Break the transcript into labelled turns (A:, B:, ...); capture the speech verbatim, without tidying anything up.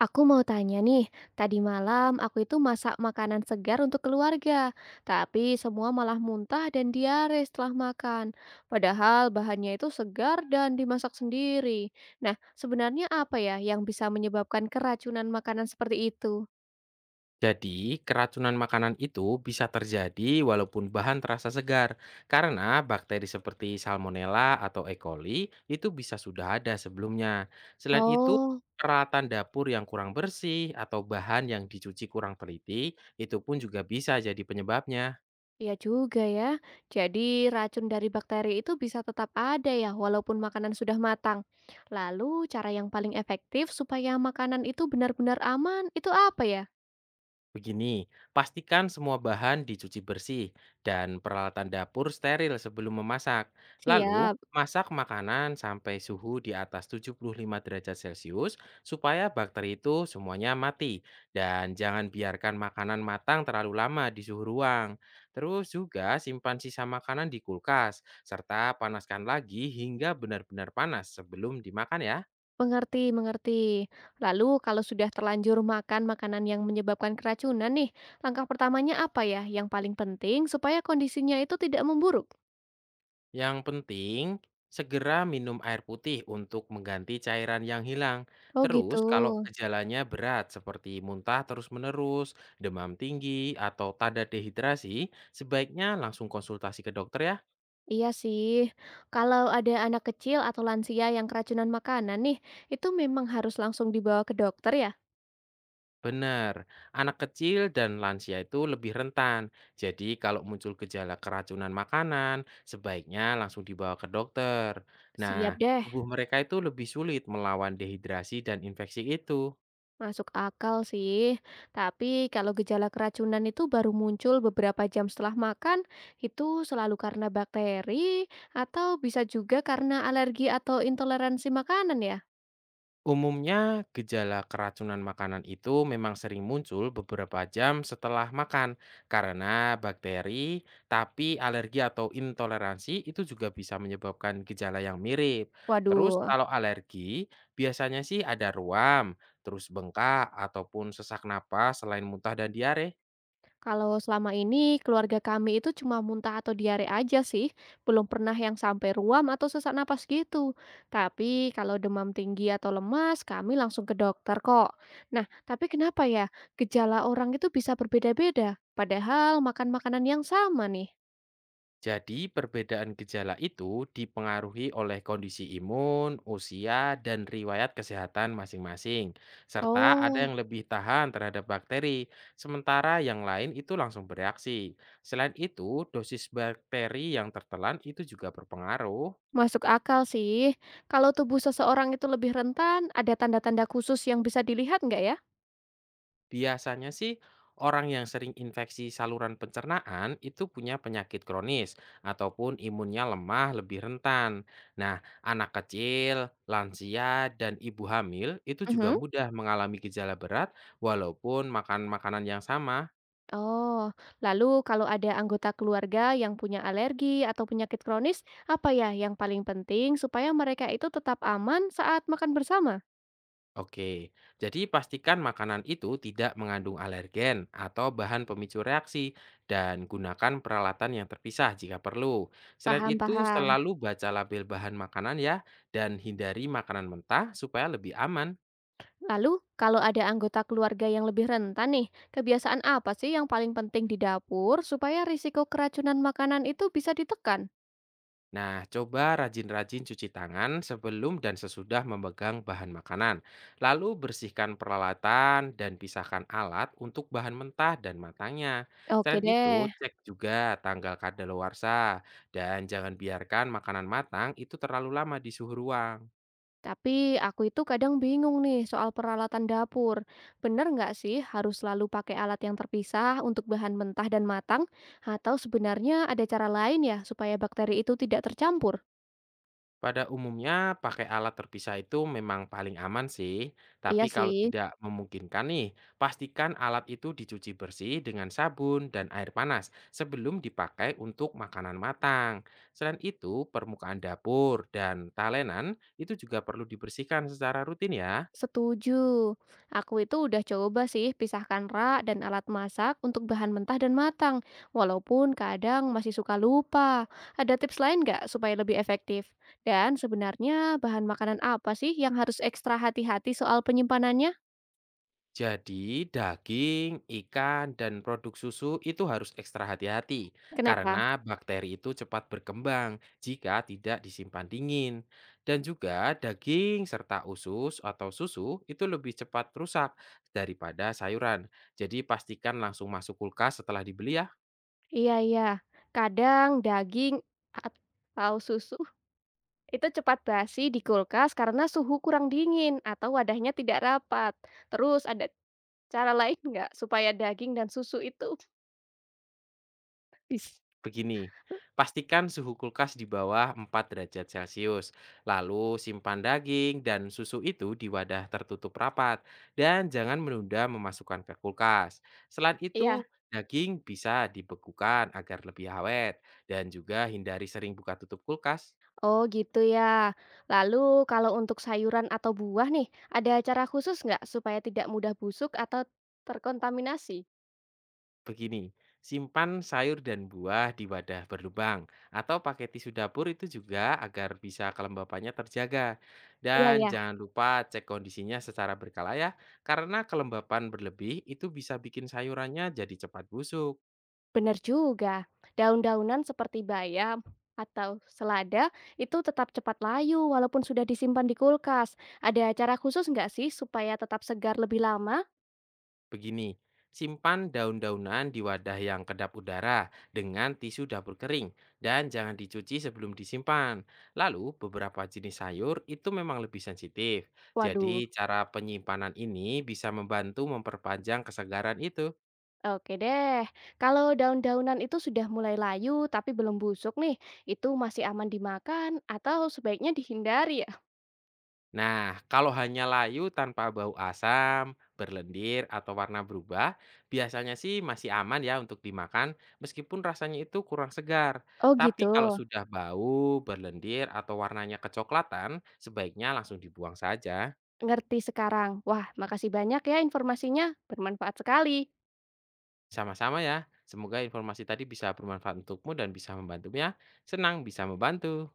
A: Aku mau tanya nih, tadi malam aku itu masak makanan segar untuk keluarga, tapi semua malah muntah dan diare setelah makan. Padahal bahannya itu segar dan dimasak sendiri. Nah, sebenarnya apa ya yang bisa menyebabkan keracunan makanan seperti itu?
B: Jadi, keracunan makanan itu bisa terjadi walaupun bahan terasa segar, karena bakteri seperti Salmonella atau E. coli itu bisa sudah ada sebelumnya. Selain itu,
A: Oh,
B: peralatan dapur yang kurang bersih atau bahan yang dicuci kurang teliti itu pun juga bisa jadi penyebabnya.
A: iya juga ya. Jadi racun dari bakteri itu bisa tetap ada ya walaupun makanan sudah matang. Lalu cara yang paling efektif supaya makanan itu benar-benar aman itu apa ya?
B: Begini, pastikan semua bahan dicuci bersih dan peralatan dapur steril sebelum memasak. Lalu,
A: Siap.
B: masak makanan sampai suhu di atas tujuh puluh lima derajat Celcius supaya bakteri itu semuanya mati. Dan jangan biarkan makanan matang terlalu lama di suhu ruang. Terus juga simpan sisa makanan di kulkas, serta panaskan lagi hingga benar-benar panas sebelum dimakan ya.
A: Mengerti, mengerti. Lalu kalau sudah terlanjur makan makanan yang menyebabkan keracunan nih, langkah pertamanya apa ya yang paling penting supaya kondisinya itu tidak memburuk?
B: Yang penting, segera minum air putih untuk mengganti cairan yang hilang.
A: Oh gitu.
B: Terus, kalau gejalanya berat seperti muntah terus-menerus, demam tinggi, atau tanda dehidrasi, sebaiknya langsung konsultasi ke dokter ya.
A: Iya sih. Kalau ada anak kecil atau lansia yang keracunan makanan nih, itu memang harus langsung dibawa ke dokter ya?
B: Benar, anak kecil dan lansia itu lebih rentan. Jadi, kalau muncul gejala keracunan makanan, sebaiknya langsung dibawa ke dokter. Nah,
A: Siap deh.
B: tubuh mereka itu lebih sulit melawan dehidrasi dan infeksi itu.
A: Masuk akal sih, tapi kalau gejala keracunan itu baru muncul beberapa jam setelah makan, itu selalu karena bakteri atau bisa juga karena alergi atau intoleransi makanan ya?
B: Umumnya, gejala keracunan makanan itu memang sering muncul beberapa jam setelah makan karena bakteri, tapi alergi atau intoleransi itu juga bisa menyebabkan gejala yang mirip. Terus
A: Waduh.
B: kalau alergi, biasanya sih ada ruam, terus bengkak ataupun sesak napas selain muntah dan diare.
A: Kalau selama ini keluarga kami itu cuma muntah atau diare aja sih, belum pernah yang sampai ruam atau sesak napas gitu. Tapi kalau demam tinggi atau lemas, kami langsung ke dokter kok. Nah, tapi kenapa ya gejala orang itu bisa berbeda-beda, padahal makan makanan yang sama nih?
B: Jadi, perbedaan gejala itu dipengaruhi oleh kondisi imun, usia, dan riwayat kesehatan masing-masing, serta ada
A: Oh,
B: yang lebih tahan terhadap bakteri, sementara yang lain itu langsung bereaksi. Selain itu, dosis bakteri yang tertelan itu juga berpengaruh.
A: masuk akal sih. Kalau tubuh seseorang itu lebih rentan, ada tanda-tanda khusus yang bisa dilihat nggak ya?
B: Biasanya sih orang yang sering infeksi saluran pencernaan itu punya penyakit kronis ataupun imunnya lemah lebih rentan. Nah, anak kecil, lansia, dan ibu hamil itu
A: Mhm.
B: juga mudah mengalami gejala berat walaupun makan makanan yang sama.
A: Oh, lalu kalau ada anggota keluarga yang punya alergi atau penyakit kronis, apa ya yang paling penting supaya mereka itu tetap aman saat makan bersama?
B: Oke, jadi pastikan makanan itu tidak mengandung alergen atau bahan pemicu reaksi dan gunakan peralatan yang terpisah jika perlu. Selain itu,
A: Paham-paham.
B: selalu baca label bahan makanan ya dan hindari makanan mentah supaya lebih aman.
A: Lalu, kalau ada anggota keluarga yang lebih rentan nih, kebiasaan apa sih yang paling penting di dapur supaya risiko keracunan makanan itu bisa ditekan?
B: Nah, coba rajin-rajin cuci tangan sebelum dan sesudah memegang bahan makanan. Lalu bersihkan peralatan dan pisahkan alat untuk bahan mentah dan matangnya.
A: Oke
B: Selain itu,
A: deh.
B: cek juga tanggal kadaluarsa dan jangan biarkan makanan matang itu terlalu lama di suhu ruang.
A: Tapi aku itu kadang bingung nih soal peralatan dapur. Bener nggak sih harus selalu pakai alat yang terpisah untuk bahan mentah dan matang? Atau sebenarnya ada cara lain ya supaya bakteri itu tidak tercampur?
B: Pada umumnya pakai alat terpisah itu memang paling aman sih,
A: Iya
B: tapi kalau
A: sih,
B: tidak memungkinkan nih, pastikan alat itu dicuci bersih dengan sabun dan air panas sebelum dipakai untuk makanan matang. Selain itu, permukaan dapur dan talenan itu juga perlu dibersihkan secara rutin ya.
A: setuju. Aku itu udah coba sih pisahkan rak dan alat masak untuk bahan mentah dan matang. Walaupun kadang masih suka lupa. Ada tips lain nggak supaya lebih efektif? Dan sebenarnya bahan makanan apa sih yang harus ekstra hati-hati soal penyimpanannya?
B: Jadi, daging, ikan, dan produk susu itu harus ekstra hati-hati
A: Kenapa?
B: karena bakteri itu cepat berkembang jika tidak disimpan dingin. Dan juga daging serta usus atau susu itu lebih cepat rusak daripada sayuran. Jadi, pastikan langsung masuk kulkas setelah dibeli ya.
A: Iya iya. Kadang daging atau susu itu cepat basi di kulkas karena suhu kurang dingin atau wadahnya tidak rapat. Terus ada cara lain nggak supaya daging dan susu itu bis
B: Begini, pastikan suhu kulkas di bawah empat derajat Celcius. Lalu simpan daging dan susu itu di wadah tertutup rapat dan jangan menunda memasukkan ke kulkas. Selain
A: Iya.
B: itu, daging bisa dibekukan agar lebih awet dan juga hindari sering buka tutup kulkas.
A: Oh gitu ya. Lalu kalau untuk sayuran atau buah nih, ada cara khusus nggak supaya tidak mudah busuk atau terkontaminasi?
B: Begini, simpan sayur dan buah di wadah berlubang atau pakai tisu dapur itu juga agar bisa kelembapannya terjaga.
A: Iya
B: Dan
A: ya.
B: jangan lupa cek kondisinya secara berkala ya, karena kelembapan berlebih itu bisa bikin sayurannya jadi cepat busuk.
A: Bener juga. Daun-daunan seperti bayam atau selada itu tetap cepat layu walaupun sudah disimpan di kulkas. Ada cara khusus nggak sih supaya tetap segar lebih lama?
B: Begini, simpan daun-daunan di wadah yang kedap udara dengan tisu dapur kering dan jangan dicuci sebelum disimpan. Lalu, beberapa jenis sayur itu memang lebih sensitif.
A: Waduh,
B: Jadi, cara penyimpanan ini bisa membantu memperpanjang kesegaran itu.
A: oke deh. Kalau daun-daunan itu sudah mulai layu tapi belum busuk nih, itu masih aman dimakan atau sebaiknya dihindari ya?
B: Nah, kalau hanya layu tanpa bau asam, berlendir, atau warna berubah, biasanya sih masih aman ya untuk dimakan, meskipun rasanya itu kurang segar.
A: Oh
B: Tapi
A: gitu,
B: kalau sudah bau, berlendir, atau warnanya kecoklatan, sebaiknya langsung dibuang saja.
A: ngerti sekarang. Wah, makasih banyak ya informasinya. Bermanfaat sekali.
B: Sama-sama ya, semoga informasi tadi bisa bermanfaat untukmu dan bisa membantumu ya. Senang bisa membantu.